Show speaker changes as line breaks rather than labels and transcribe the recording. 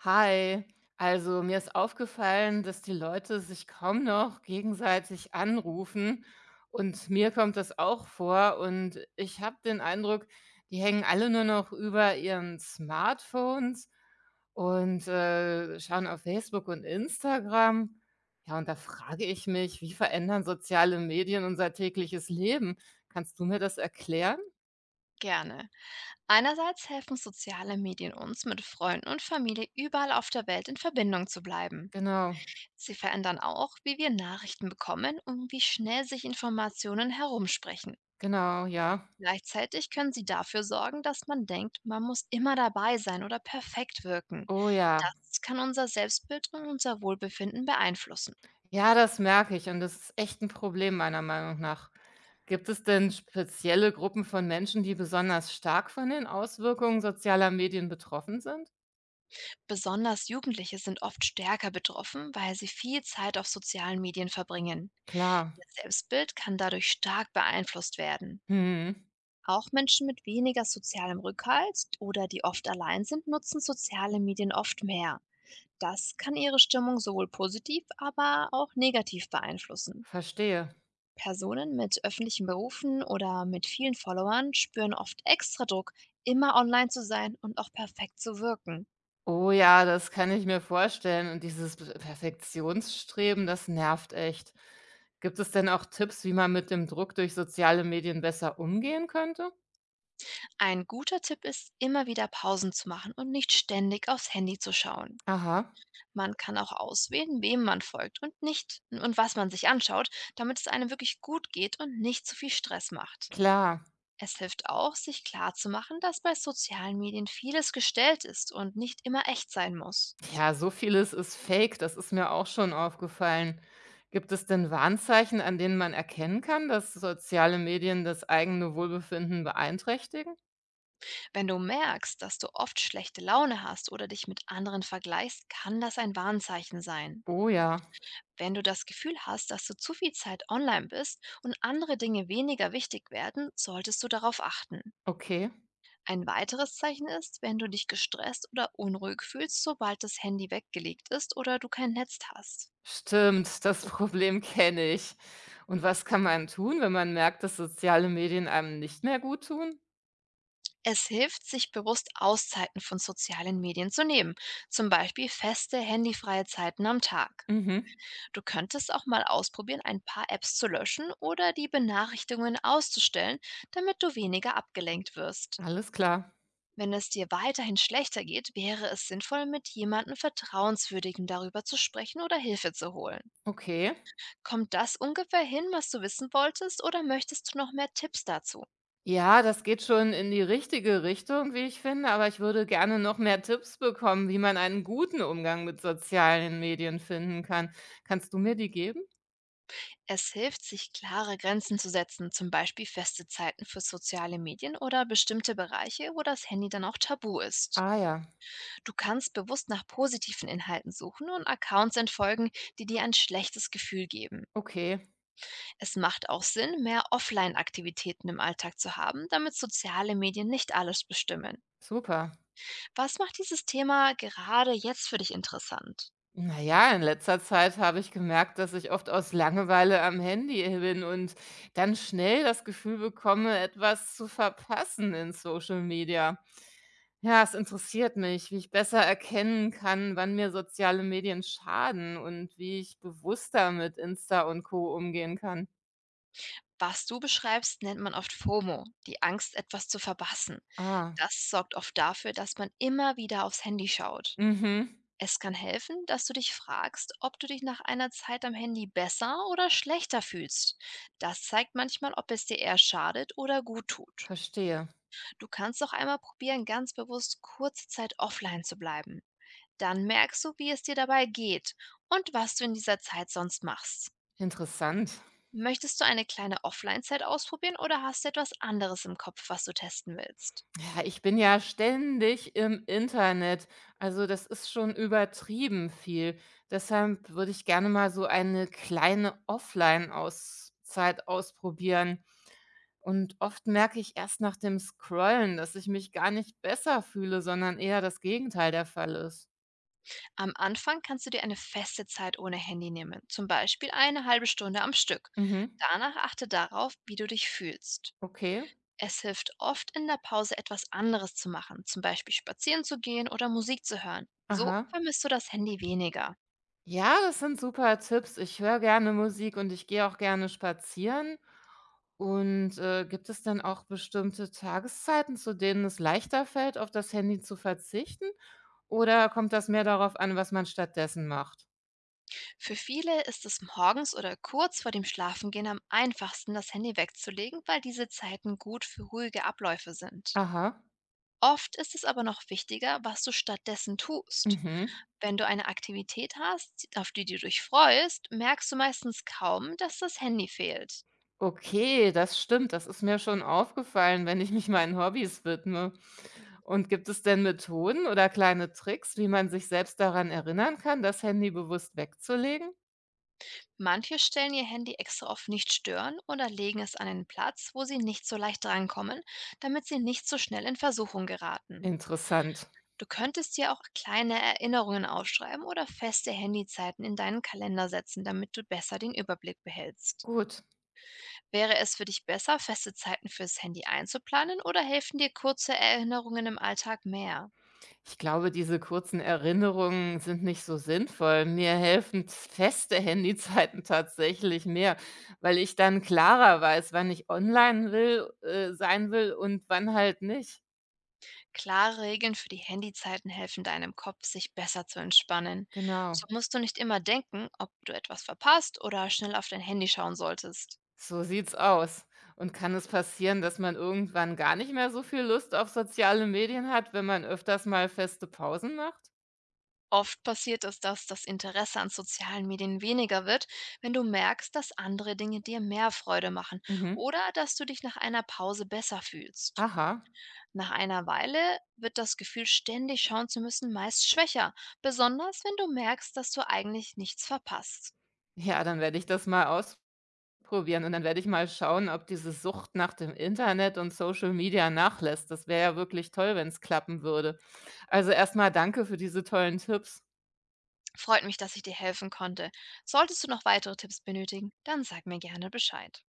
Hi, also mir ist aufgefallen, dass die Leute sich kaum noch gegenseitig anrufen und mir kommt das auch vor und ich habe den Eindruck, die hängen alle nur noch über ihren Smartphones und schauen auf Facebook und Instagram. Ja, und da frage ich mich, wie verändern soziale Medien unser tägliches Leben? Kannst du mir das erklären?
Gerne. Einerseits helfen soziale Medien uns, mit Freunden und Familie überall auf der Welt in Verbindung zu bleiben.
Genau,
Sie verändern auch, wie wir Nachrichten bekommen und wie schnell sich Informationen herumsprechen.
genau, ja.
Gleichzeitig können sie dafür sorgen, dass man denkt, man muss immer dabei sein oder perfekt wirken.
Oh ja.
Das kann unser Selbstbild und unser Wohlbefinden beeinflussen.
Ja, das merke ich und das ist echt ein Problem meiner Meinung nach. Gibt es denn spezielle Gruppen von Menschen, die besonders stark von den Auswirkungen sozialer Medien betroffen sind?
Besonders Jugendliche sind oft stärker betroffen, weil sie viel Zeit auf sozialen Medien verbringen.
Klar.
Ihr Selbstbild kann dadurch stark beeinflusst werden.
Mhm.
Auch Menschen mit weniger sozialem Rückhalt oder die oft allein sind, nutzen soziale Medien oft mehr. Das kann ihre Stimmung sowohl positiv, aber auch negativ beeinflussen.
Verstehe.
Personen mit öffentlichen Berufen oder mit vielen Followern spüren oft extra Druck, immer online zu sein und auch perfekt zu wirken.
Oh ja, das kann ich mir vorstellen und dieses P Perfektionsstreben, das nervt echt. Gibt es denn auch Tipps, wie man mit dem Druck durch soziale Medien besser umgehen könnte?
Ein guter Tipp ist, immer wieder Pausen zu machen und nicht ständig aufs Handy zu schauen.
Aha,
Man kann auch auswählen, wem man folgt und nicht und was man sich anschaut, damit es einem wirklich gut geht und nicht zu viel Stress macht.
klar.
Es hilft auch, sich klarzumachen, dass bei sozialen Medien vieles gestellt ist und nicht immer echt sein muss.
Ja, so vieles ist Fake, das ist mir auch schon aufgefallen. Gibt es denn Warnzeichen, an denen man erkennen kann, dass soziale Medien das eigene Wohlbefinden beeinträchtigen?
Wenn du merkst, dass du oft schlechte Laune hast oder dich mit anderen vergleichst, kann das ein Warnzeichen sein.
Oh ja,
Wenn du das Gefühl hast, dass du zu viel Zeit online bist und andere Dinge weniger wichtig werden, solltest du darauf achten.
okay.
Ein weiteres Zeichen ist, wenn du dich gestresst oder unruhig fühlst, sobald das Handy weggelegt ist oder du kein Netz hast.
Stimmt, das Problem kenne ich. Und was kann man tun, wenn man merkt, dass soziale Medien einem nicht mehr gut tun?
Es hilft, sich bewusst Auszeiten von sozialen Medien zu nehmen, zum Beispiel feste handyfreie Zeiten am Tag.
Mhm,
Du könntest auch mal ausprobieren, ein paar Apps zu löschen oder die Benachrichtigungen auszustellen, damit du weniger abgelenkt wirst.
alles klar.
Wenn es dir weiterhin schlechter geht, wäre es sinnvoll, mit jemandem Vertrauenswürdigem darüber zu sprechen oder Hilfe zu holen.
Okay.
Kommt das ungefähr hin, was du wissen wolltest, oder möchtest du noch mehr Tipps dazu?
Ja, das geht schon in die richtige Richtung, wie ich finde, aber ich würde gerne noch mehr Tipps bekommen, wie man einen guten Umgang mit sozialen Medien finden kann. Kannst du mir die geben?
Es hilft, sich klare Grenzen zu setzen, zum Beispiel feste Zeiten für soziale Medien oder bestimmte Bereiche, wo das Handy dann auch tabu ist.
Ah ja,
Du kannst bewusst nach positiven Inhalten suchen und Accounts entfolgen, die dir ein schlechtes Gefühl geben.
okay,
Es macht auch Sinn, mehr Offline-Aktivitäten im Alltag zu haben, damit soziale Medien nicht alles bestimmen.
super.
Was macht dieses Thema gerade jetzt für dich interessant?
Na ja, in letzter Zeit habe ich gemerkt, dass ich oft aus Langeweile am Handy bin und dann schnell das Gefühl bekomme, etwas zu verpassen in Social Media. Ja, es interessiert mich, wie ich besser erkennen kann, wann mir soziale Medien schaden und wie ich bewusster mit Insta und Co. umgehen kann.
Was du beschreibst, nennt man oft FOMO, die Angst, etwas zu verpassen.
Ah,
Das sorgt oft dafür, dass man immer wieder aufs Handy schaut.
mhm,
Es kann helfen, dass du dich fragst, ob du dich nach einer Zeit am Handy besser oder schlechter fühlst. Das zeigt manchmal, ob es dir eher schadet oder gut tut.
verstehe.
Du kannst auch einmal probieren, ganz bewusst kurze Zeit offline zu bleiben. Dann merkst du, wie es dir dabei geht und was du in dieser Zeit sonst machst.
Interessant.
Möchtest du eine kleine Offline-Zeit ausprobieren oder hast du etwas anderes im Kopf, was du testen willst?
Ja, ich bin ja ständig im Internet. Also das ist schon übertrieben viel. Deshalb würde ich gerne mal so eine kleine Offline-Auszeit ausprobieren. Und oft merke ich erst nach dem Scrollen, dass ich mich gar nicht besser fühle, sondern eher das Gegenteil der Fall ist.
Am Anfang kannst du dir eine feste Zeit ohne Handy nehmen, zum Beispiel eine halbe Stunde am Stück.
Mhm.
Danach achte darauf, wie du dich fühlst.
Okay.
Es hilft oft, in der Pause etwas anderes zu machen, zum Beispiel spazieren zu gehen oder Musik zu hören. So
Aha.
vermisst du das Handy weniger.
Ja, das sind super Tipps. Ich höre gerne Musik und ich gehe auch gerne spazieren. Und gibt es denn auch bestimmte Tageszeiten, zu denen es leichter fällt, auf das Handy zu verzichten? Oder kommt das mehr darauf an, was man stattdessen macht?
Für viele ist es morgens oder kurz vor dem Schlafengehen am einfachsten, das Handy wegzulegen, weil diese Zeiten gut für ruhige Abläufe sind.
Aha.
Oft ist es aber noch wichtiger, was du stattdessen tust.
Mhm.
Wenn du eine Aktivität hast, auf die du dich freust, merkst du meistens kaum, dass das Handy fehlt.
Okay, das stimmt. Das ist mir schon aufgefallen, wenn ich mich meinen Hobbys widme. Und gibt es denn Methoden oder kleine Tricks, wie man sich selbst daran erinnern kann, das Handy bewusst wegzulegen?
Manche stellen ihr Handy extra auf nicht stören oder legen es an einen Platz, wo sie nicht so leicht drankommen, damit sie nicht so schnell in Versuchung geraten.
Interessant.
Du könntest dir auch kleine Erinnerungen aufschreiben oder feste Handyzeiten in deinen Kalender setzen, damit du besser den Überblick behältst.
Gut.
Wäre es für dich besser, feste Zeiten fürs Handy einzuplanen oder helfen dir kurze Erinnerungen im Alltag mehr?
Ich glaube, diese kurzen Erinnerungen sind nicht so sinnvoll. Mir helfen feste Handyzeiten tatsächlich mehr, weil ich dann klarer weiß, wann ich online will, sein will und wann halt nicht.
Klare Regeln für die Handyzeiten helfen deinem Kopf, sich besser zu entspannen.
Genau.
So musst du nicht immer denken, ob du etwas verpasst oder schnell auf dein Handy schauen solltest.
So sieht's aus. Und kann es passieren, dass man irgendwann gar nicht mehr so viel Lust auf soziale Medien hat, wenn man öfters mal feste Pausen macht?
Oft passiert es, dass das Interesse an sozialen Medien weniger wird, wenn du merkst, dass andere Dinge dir mehr Freude machen
Mhm.
oder dass du dich nach einer Pause besser fühlst.
Aha.
Nach einer Weile wird das Gefühl, ständig schauen zu müssen, meist schwächer, besonders wenn du merkst, dass du eigentlich nichts verpasst.
Ja, dann werde ich das mal ausprobieren und dann werde ich mal schauen, ob diese Sucht nach dem Internet und Social Media nachlässt. Das wäre ja wirklich toll, wenn es klappen würde. Also erstmal danke für diese tollen Tipps.
Freut mich, dass ich dir helfen konnte. Solltest du noch weitere Tipps benötigen, dann sag mir gerne Bescheid.